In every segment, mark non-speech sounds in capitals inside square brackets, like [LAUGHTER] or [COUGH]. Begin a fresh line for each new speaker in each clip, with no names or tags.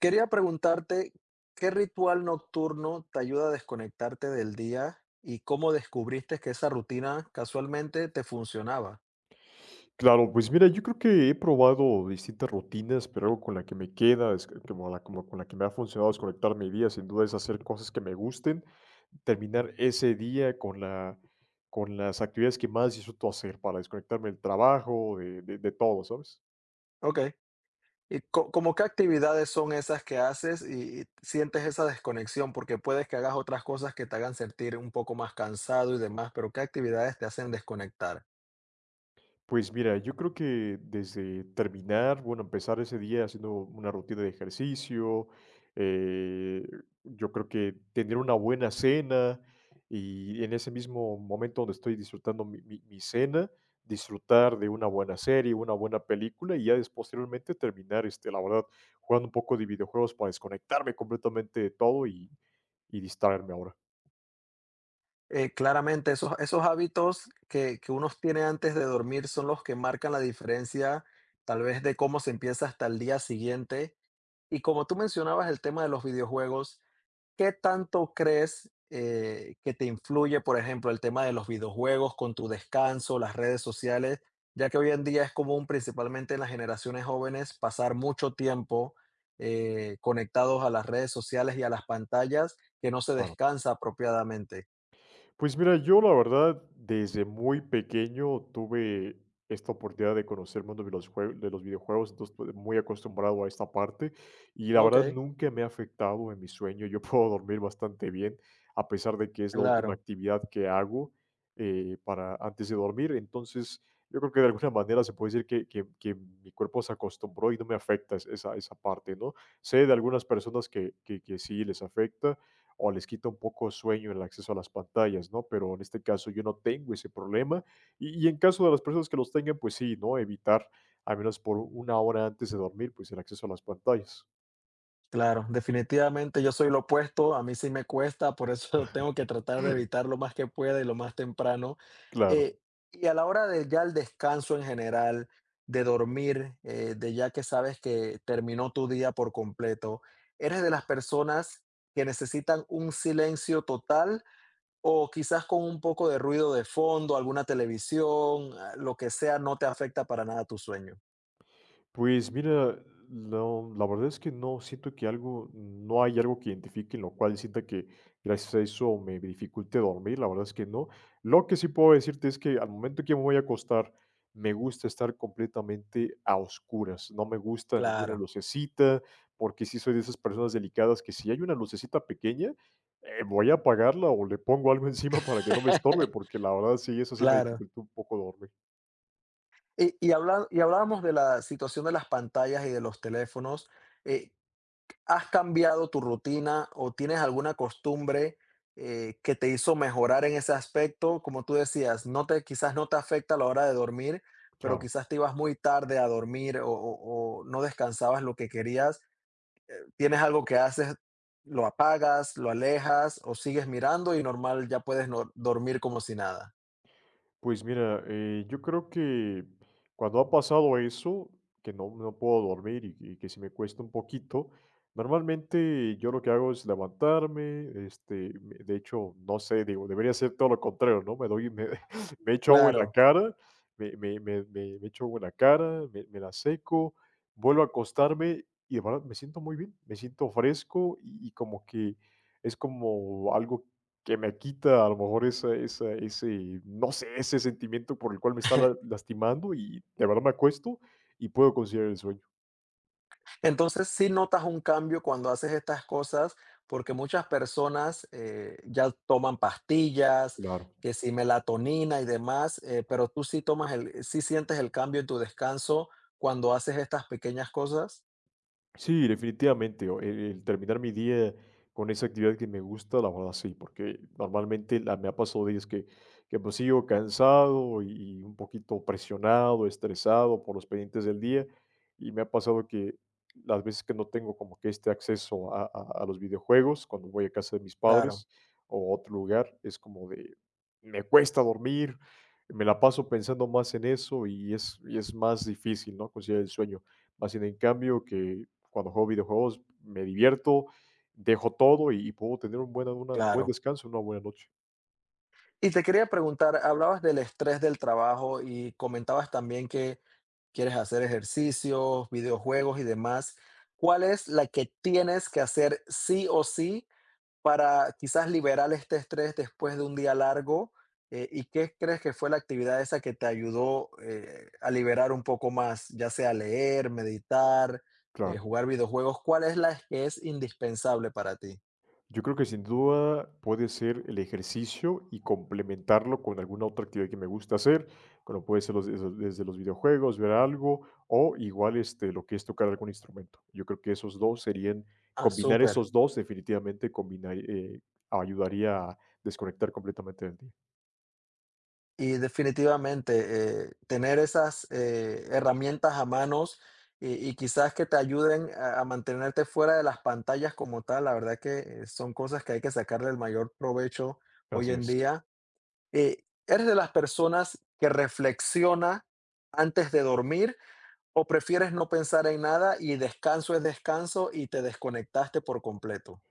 Quería preguntarte, ¿qué ritual nocturno te ayuda a desconectarte del día y cómo descubriste que esa rutina casualmente te funcionaba?
Claro, pues mira, yo creo que he probado distintas rutinas, pero algo con la que me queda, es que como con la que me ha funcionado es conectar mi día, sin duda es hacer cosas que me gusten, terminar ese día con las actividades que más disfruto hacer para desconectarme del trabajo, de todo, ¿sabes?
Ok. ¿Y como qué actividades son esas que haces y sientes esa desconexión? Porque puedes que hagas otras cosas que te hagan sentir un poco más cansado y demás, pero ¿qué actividades te hacen desconectar?
Pues mira, yo creo que desde terminar, bueno, empezar ese día haciendo una rutina de ejercicio, eh, yo creo que tener una buena cena y en ese mismo momento donde estoy disfrutando mi cena, disfrutar de una buena serie, una buena película y ya posteriormente terminar, este, la verdad, jugando un poco de videojuegos para desconectarme completamente de todo y distraerme ahora.
Claramente esos hábitos que uno tiene antes de dormir son los que marcan la diferencia, tal vez de cómo se empieza hasta el día siguiente. Y como tú mencionabas el tema de los videojuegos, ¿qué tanto crees que te influye, por ejemplo, el tema de los videojuegos con tu descanso, las redes sociales? Ya que hoy en día es común, principalmente en las generaciones jóvenes, pasar mucho tiempo conectados a las redes sociales y a las pantallas que no se
Claro.
descansa apropiadamente.
Pues mira, yo la verdad, desde muy pequeño tuve esta oportunidad de conocer el mundo de de los videojuegos, entonces estoy muy acostumbrado a esta parte y la
Ok,
verdad nunca me ha afectado en mi sueño. Yo [LAUGHS] puedo dormir bastante bien, a pesar de que es la última
claro.
actividad que hago para antes de dormir. Entonces, yo creo que de alguna manera se puede decir que mi cuerpo se acostumbró y no me afecta esa parte, ¿no? Sé de algunas personas que sí les afecta o les quita un poco de sueño el acceso a las pantallas, ¿no? Pero en este caso yo no tengo ese problema y en caso de las personas que los tengan, pues sí, ¿no? Evitar, al menos por una hora antes de dormir, pues el acceso a las pantallas.
Claro, definitivamente yo soy lo opuesto, a mí sí me cuesta, por eso [LAUGHS] tengo que tratar de evitar
[LAUGHS]
lo más que pueda y lo más temprano.
Claro.
Eh, y a la hora de ya el descanso en general, de dormir, de ya que sabes que terminó tu día por completo, ¿eres de las personas que necesitan un silencio total o quizás con un poco de ruido de fondo, alguna televisión, ah, lo que sea, no te afecta para nada tu sueño?
Pues mira, no, la verdad es que no siento que algo, no hay algo que identifique en lo cual sienta que gracias a eso me dificulte dormir, la verdad es que no. Lo que sí puedo decirte es que al momento que me voy a acostar, me gusta estar completamente a oscuras, no me gusta ninguna
Claro,
lucecita, porque sí soy de esas personas delicadas que si hay una lucecita pequeña, voy a apagarla o le pongo algo [LAUGHS] encima para que no me estorbe,
[LAUGHS]
porque la verdad sí, eso sí me
claro.
dificulta un poco dormir,
Y habla y hablábamos de la situación de las pantallas y de los teléfonos, eh, ¿has cambiado tu rutina o tienes alguna costumbre, que te hizo mejorar en ese aspecto? Como tú decías, no te quizás no te afecta a la hora de dormir, pero
claro.
quizás te ibas muy tarde a dormir o no descansabas lo que querías. ¿Tienes algo que haces, lo apagas, lo alejas o sigues mirando y normal, ya puedes no dormir como si nada?
Pues mira, yo creo que cuando ha pasado eso, que no, no puedo dormir y que si me cuesta un poquito, normalmente yo lo que hago es levantarme, este, de hecho, no sé, digo, debería ser todo lo contrario, ¿no? [LAUGHS] Me echo agua en la
Claro.
cara, me echo agua en la cara, me la seco, vuelvo a acostarme y de verdad me siento muy bien, me siento fresco y como que es como algo que me quita a lo mejor esa esa ese, no sé, ese sentimiento por el cual me está la lastimando y de verdad me acuesto y puedo considerar el sueño,
Entonces, sí notas un cambio cuando haces estas cosas, porque muchas personas ya toman pastillas,
claro.
que si melatonina y demás, pero tú sí tomas el, sí sientes el cambio en tu descanso cuando haces estas pequeñas cosas.
Sí, definitivamente. El terminar mi día con esa actividad que me gusta, la verdad sí, porque normalmente me ha pasado días que pues sigo cansado y un poquito presionado, estresado por los pendientes del día, y me ha pasado que las veces que no tengo como que este acceso a los videojuegos, cuando voy a casa de mis
Claro,
padres o a otro lugar, es como de, me cuesta dormir, me la paso pensando más en eso y es más difícil, ¿no? Conciliar el sueño. Más sin en cambio que cuando juego videojuegos me divierto, dejo todo y puedo tener un buen
claro.
descanso, una buena noche.
Y te quería preguntar, hablabas del estrés del trabajo y comentabas también que quieres hacer ejercicios, videojuegos y demás. ¿Cuál es la que tienes que hacer sí o sí para quizás liberar este estrés después de un día largo? ¿Y qué crees que fue la actividad esa que te ayudó a liberar un poco más, ya sea leer, meditar,
Claro.
jugar videojuegos? ¿Cuál es la que es indispensable para ti?
Yo creo que sin duda puede ser el ejercicio y complementarlo con alguna otra actividad que me gusta hacer, como puede ser los desde desde los videojuegos, ver algo, o igual, este, lo que es tocar algún instrumento. Yo creo que esos 2 serían
Ah,
combinar
súper.
esos 2 definitivamente combinar, ayudaría a desconectar completamente del día.
Y definitivamente, tener esas herramientas a manos y quizás que te ayuden a mantenerte fuera de las pantallas como tal, la verdad que son cosas que hay que sacarle el mayor provecho hoy
Así
en
es.
día. ¿Eres de las personas que reflexiona antes de dormir o prefieres no pensar en nada y descanso es descanso y te desconectaste por completo?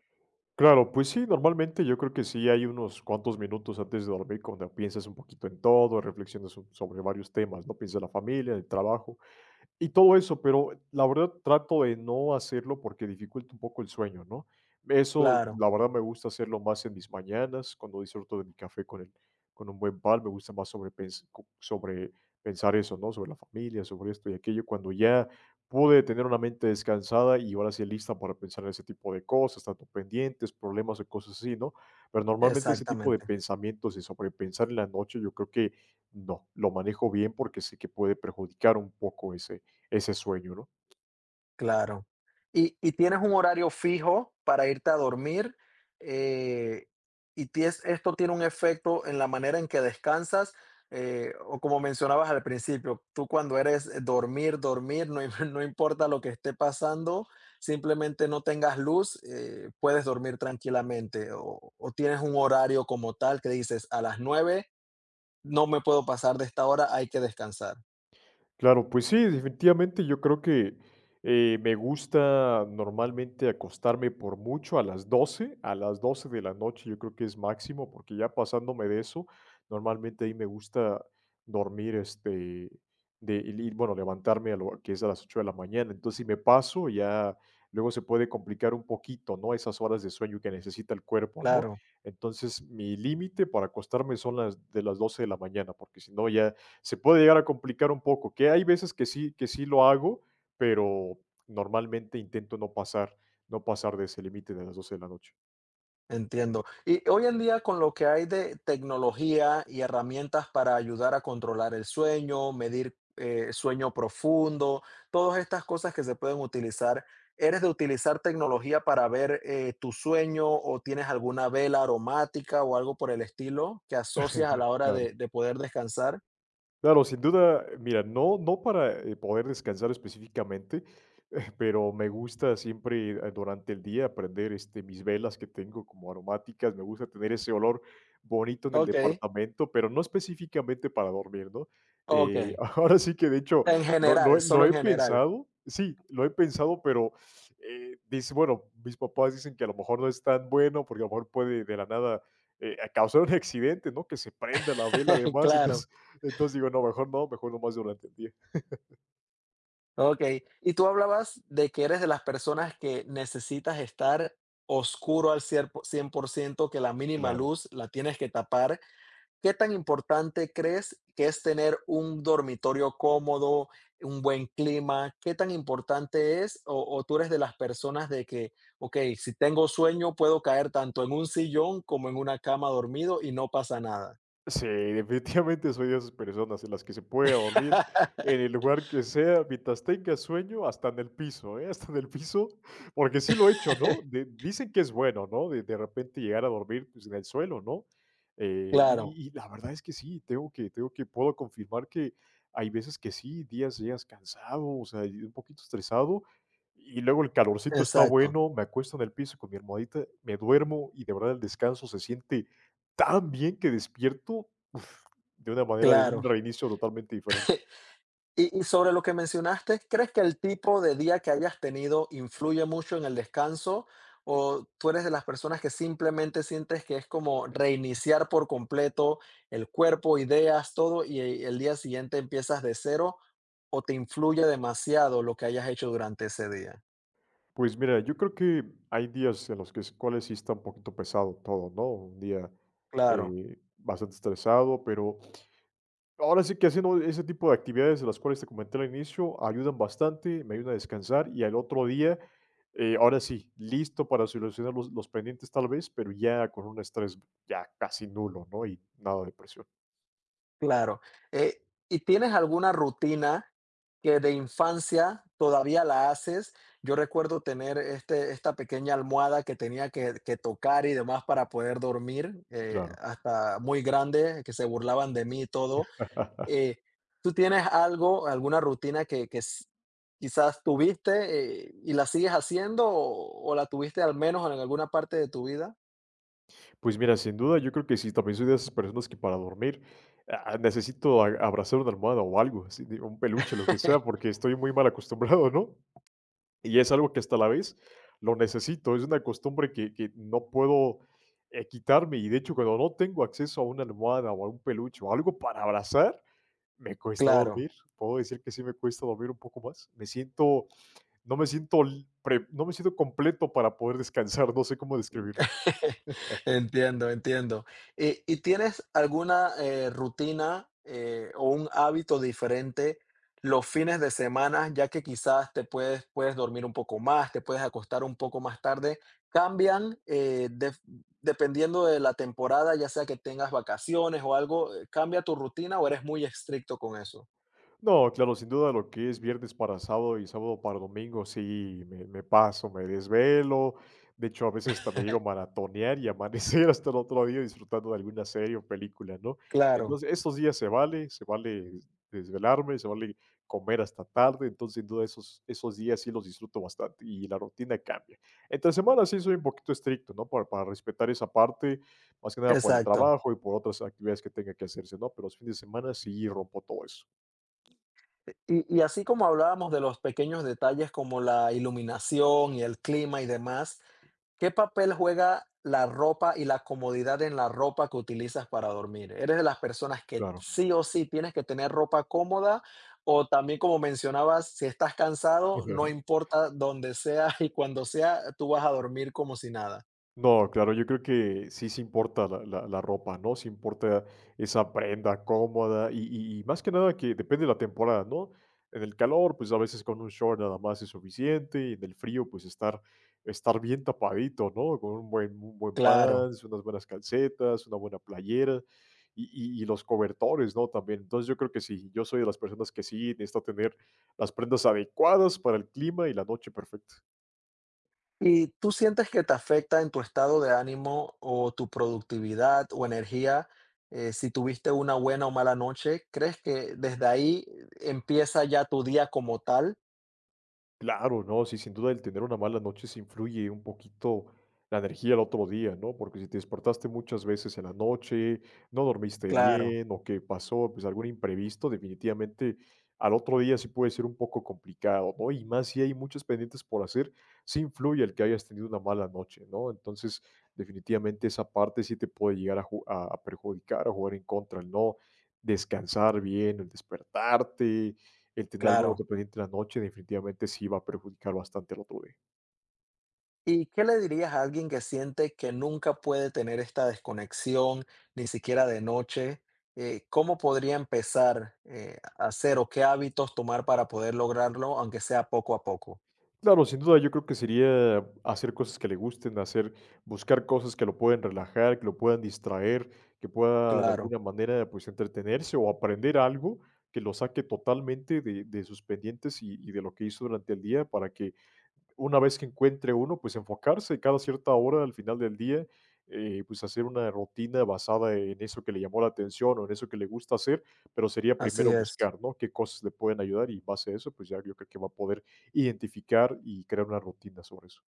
Claro, pues sí, normalmente yo creo que sí hay unos cuantos minutos antes de dormir cuando piensas un poquito en todo, reflexionas sobre varios temas, ¿no? Piensas en la familia, en el trabajo. Y todo eso, pero la verdad trato de no hacerlo porque dificulta un poco el sueño, ¿no? Eso,
Claro,
la verdad, me gusta hacerlo más en mis mañanas, cuando disfruto de mi café con un buen pan, me gusta más sobre sobrepensar eso, ¿no? Sobre la familia, sobre esto y aquello, cuando ya pude tener una mente descansada y ahora sí lista para pensar en ese tipo de cosas, tanto pendientes, problemas o cosas así, ¿no? Pero normalmente ese tipo de
exactamente.
pensamientos de sobrepensar en la noche, yo creo que no, lo manejo bien porque sé que puede perjudicar un poco ese sueño, ¿no?
Claro. ¿Y tienes un horario fijo para irte a dormir? Eh, ¿Y ties esto tiene un efecto en la manera en que descansas? O como mencionabas al principio, tú cuando eres dormir, dormir, no im [LAUGHS] no importa lo que esté pasando, simplemente no tengas luz, puedes dormir tranquilamente, o tienes un horario como tal que dices: "A las 9 no me puedo pasar de esta hora, hay que descansar".
Claro, pues sí, definitivamente yo creo que me gusta normalmente acostarme por mucho a las doce de la noche yo creo que es máximo, porque ya pasándome de eso, normalmente ahí me gusta dormir, este, bueno, levantarme a lo que es a las 8 de la mañana, entonces si me paso ya luego se puede complicar un poquito, ¿no? Esas horas de sueño que necesita el cuerpo, ¿no?
Claro.
Entonces mi límite para acostarme son las 12 de la mañana, porque si no ya se puede llegar a complicar un poco, que hay veces que sí lo hago, pero normalmente intento no pasar de ese límite de las 12 de la noche.
Entiendo. Y hoy en día con lo que hay de tecnología y herramientas para ayudar a controlar el sueño, medir sueño profundo, todas estas cosas que se pueden utilizar, ¿eres de utilizar tecnología para ver tu sueño o tienes alguna vela aromática o algo por el estilo que asocias a la
[LAUGHS]
hora
Claro.
de poder descansar?
Claro, sin duda, mira, no, para poder descansar específicamente, [LAUGHS] pero me gusta siempre durante el día prender este, mis velas que tengo como aromáticas, me gusta tener ese olor bonito en el
Ok,
departamento, pero no específicamente para dormir, ¿no?
ok.
[LAUGHS] Ahora sí que de hecho
En
lo, lo
general,
he
solo
lo
en
he
general.
pensado, sí, lo he pensado, pero bueno, mis papás dicen que a lo mejor no es tan bueno porque a lo mejor puede de la nada causar un [LAUGHS] accidente, ¿no? Que se prenda la vela
[LAUGHS]
además, [LAUGHS]
Claro.
Entonces digo, no, mejor no, mejor nomás yo lo día.
Ok, y tú hablabas de que eres de las personas que necesitas estar oscuro al 100%, que la mínima
Claro.
luz la tienes que tapar. ¿Qué tan importante crees que es tener un dormitorio cómodo, un buen clima? ¿Qué tan importante es? O tú eres de las personas de que, ok, si tengo sueño, puedo caer tanto en un sillón como en una cama dormido y no pasa nada.
Sí, definitivamente soy de esas personas en las que se puede dormir
[LAUGHS]
en el lugar que sea, mientras tenga sueño, hasta en el piso, ¿eh? [LAUGHS] Hasta en el piso, porque sí lo he hecho, ¿no? Dicen que es bueno, ¿no? De repente llegar a dormir pues, en el suelo, ¿no?
Claro,
Y la verdad es que sí, puedo confirmar que hay veces que sí, días llegas cansado, o sea, y un poquito estresado, y luego el calorcito está
exacto,
bueno, me acuesto en el piso con mi almohadita, me duermo y de verdad el descanso se siente tan bien que despierto, uf, de una manera de un
claro.
reinicio totalmente diferente.
Y sobre lo que mencionaste, ¿crees que el tipo de día que hayas tenido influye mucho en el descanso? ¿O tú eres de las personas que simplemente sientes que es como reiniciar por completo el cuerpo, ideas, todo, y el día siguiente empiezas de cero? ¿O te influye demasiado lo que hayas hecho durante ese día?
Pues mira, yo creo que hay días en los que es cuales sí está un poquito pesado todo, ¿no? Un día,
Claro.
bastante estresado, pero ahora sí que haciendo ese tipo de actividades de las cuales te comenté al inicio, ayudan bastante, me ayudan a descansar y al otro día, ahora sí, listo para solucionar los pendientes tal vez, pero ya con un estrés ya casi nulo, ¿no? Y nada de presión.
Claro. Eh, ¿Y tienes alguna rutina que de infancia todavía la haces? Yo recuerdo tener este, esta pequeña almohada que tenía que tocar y demás para poder dormir,
Claro.
hasta muy grande, que se burlaban de mí y todo.
[LAUGHS]
Eh, ¿Tú tienes algo, alguna rutina quizás tuviste y la sigues haciendo o la tuviste al menos en alguna parte de tu vida?
Pues mira, sin duda, yo creo que sí, también soy de esas personas que para dormir, ah, necesito a abrazar una almohada o algo, así de un peluche, lo que sea,
[LAUGHS]
porque estoy muy mal acostumbrado, ¿no? Y es algo que hasta la vez lo necesito, es una costumbre que no puedo, quitarme, y de hecho, cuando no tengo acceso a una almohada o a un peluche o algo para abrazar, me cuesta
Claro.
dormir. Puedo decir que sí me cuesta dormir un poco más. Me siento no me siento l pre no me siento completo para poder descansar, no sé cómo describirlo.
[LAUGHS] Entiendo, entiendo. ¿Y tienes alguna rutina o un hábito diferente los fines de semana, ya que quizás puedes dormir un poco más, te puedes acostar un poco más tarde? ¿Cambian dependiendo de la temporada, ya sea que tengas vacaciones o algo? ¿Cambia tu rutina o eres muy estricto con eso?
No, claro, sin duda lo que es viernes para sábado y sábado para domingo, sí, me paso, me desvelo. De hecho, a veces hasta me llego a
[LAUGHS]
maratonear y amanecer [LAUGHS] hasta el otro día disfrutando de alguna serie o película, ¿no?
Claro,
Entonces, esos días se vale desvelarme, se vale comer hasta tarde, entonces sin duda esos días sí los disfruto bastante y la rutina cambia. Entre semana sí soy un poquito estricto, ¿no? Para respetar esa parte, más que nada por el
exacto.
trabajo y por otras actividades que tenga que hacerse, ¿no? Pero los fines de semana sí rompo todo eso,
Y así como hablábamos de los pequeños detalles como la iluminación y el clima y demás, ¿qué papel juega la ropa y la comodidad en la ropa que utilizas para dormir? ¿Eres de las personas que
claro.
sí o sí tienes que tener ropa cómoda? O también, como mencionabas, si estás
[LAUGHS]
cansado, no
Ujú.
importa dónde sea [LAUGHS] y cuando sea, tú vas a dormir como si nada.
No, claro, yo creo que sí se importa la ropa, ¿no? Se importa esa prenda cómoda y más que nada que depende de la temporada, ¿no? En el calor, pues a veces con un short nada más es suficiente y en el frío, pues estar bien tapadito, ¿no? Con un buen
Claro.
pants, unas buenas calcetas, una buena playera y los cobertores, ¿no? También. Entonces yo creo que sí, yo soy de las personas que sí necesita tener las prendas adecuadas para el clima y la noche perfecta.
¿Y tú sientes que te afecta en tu estado de ánimo o tu productividad o energía si tuviste una buena o mala noche? ¿Crees que desde ahí empieza ya tu día como tal?
Claro, no, sí, sin duda el tener una mala noche sí influye un poquito la energía al otro día, ¿no? Porque si te despertaste muchas veces en la noche, no dormiste
Claro,
bien o que pasó, pues algún imprevisto, definitivamente al otro día sí puede ser un poco complicado, ¿no? Y más si hay muchos pendientes por hacer, sí influye el que hayas tenido una mala noche, ¿no? Entonces, definitivamente esa parte sí te puede llegar a perjudicar, a jugar en contra, el no descansar bien, el despertarte el tener algo en
claro.
la presente en la noche definitivamente sí va a perjudicar bastante al otro día.
¿Y qué le dirías a alguien que siente que nunca puede tener esta desconexión, ni siquiera de noche? ¿Cómo podría empezar a hacer o qué hábitos tomar para poder lograrlo, aunque sea poco a poco?
Claro, sin duda, yo creo que sería hacer cosas que le gusten, buscar cosas que lo pueden relajar, que lo puedan distraer, que pueda de
Claro,
alguna manera, pues, entretenerse o aprender algo que lo saque totalmente de sus pendientes y de lo que hizo durante el día para que una vez que encuentre uno, pues enfocarse cada cierta hora al final del día, pues hacer una rutina basada en eso que le llamó la atención o en eso que le gusta hacer, pero sería
así
primero
es.
buscar, ¿no? Qué cosas le pueden ayudar y en base a eso, pues ya yo creo que va a poder identificar y crear una rutina sobre eso.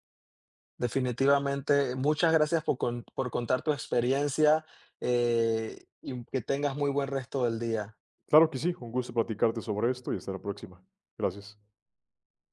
Definitivamente, muchas gracias por, por contar tu experiencia y que tengas muy buen resto del día.
Claro que sí, un gusto platicarte sobre esto y hasta la próxima. Gracias.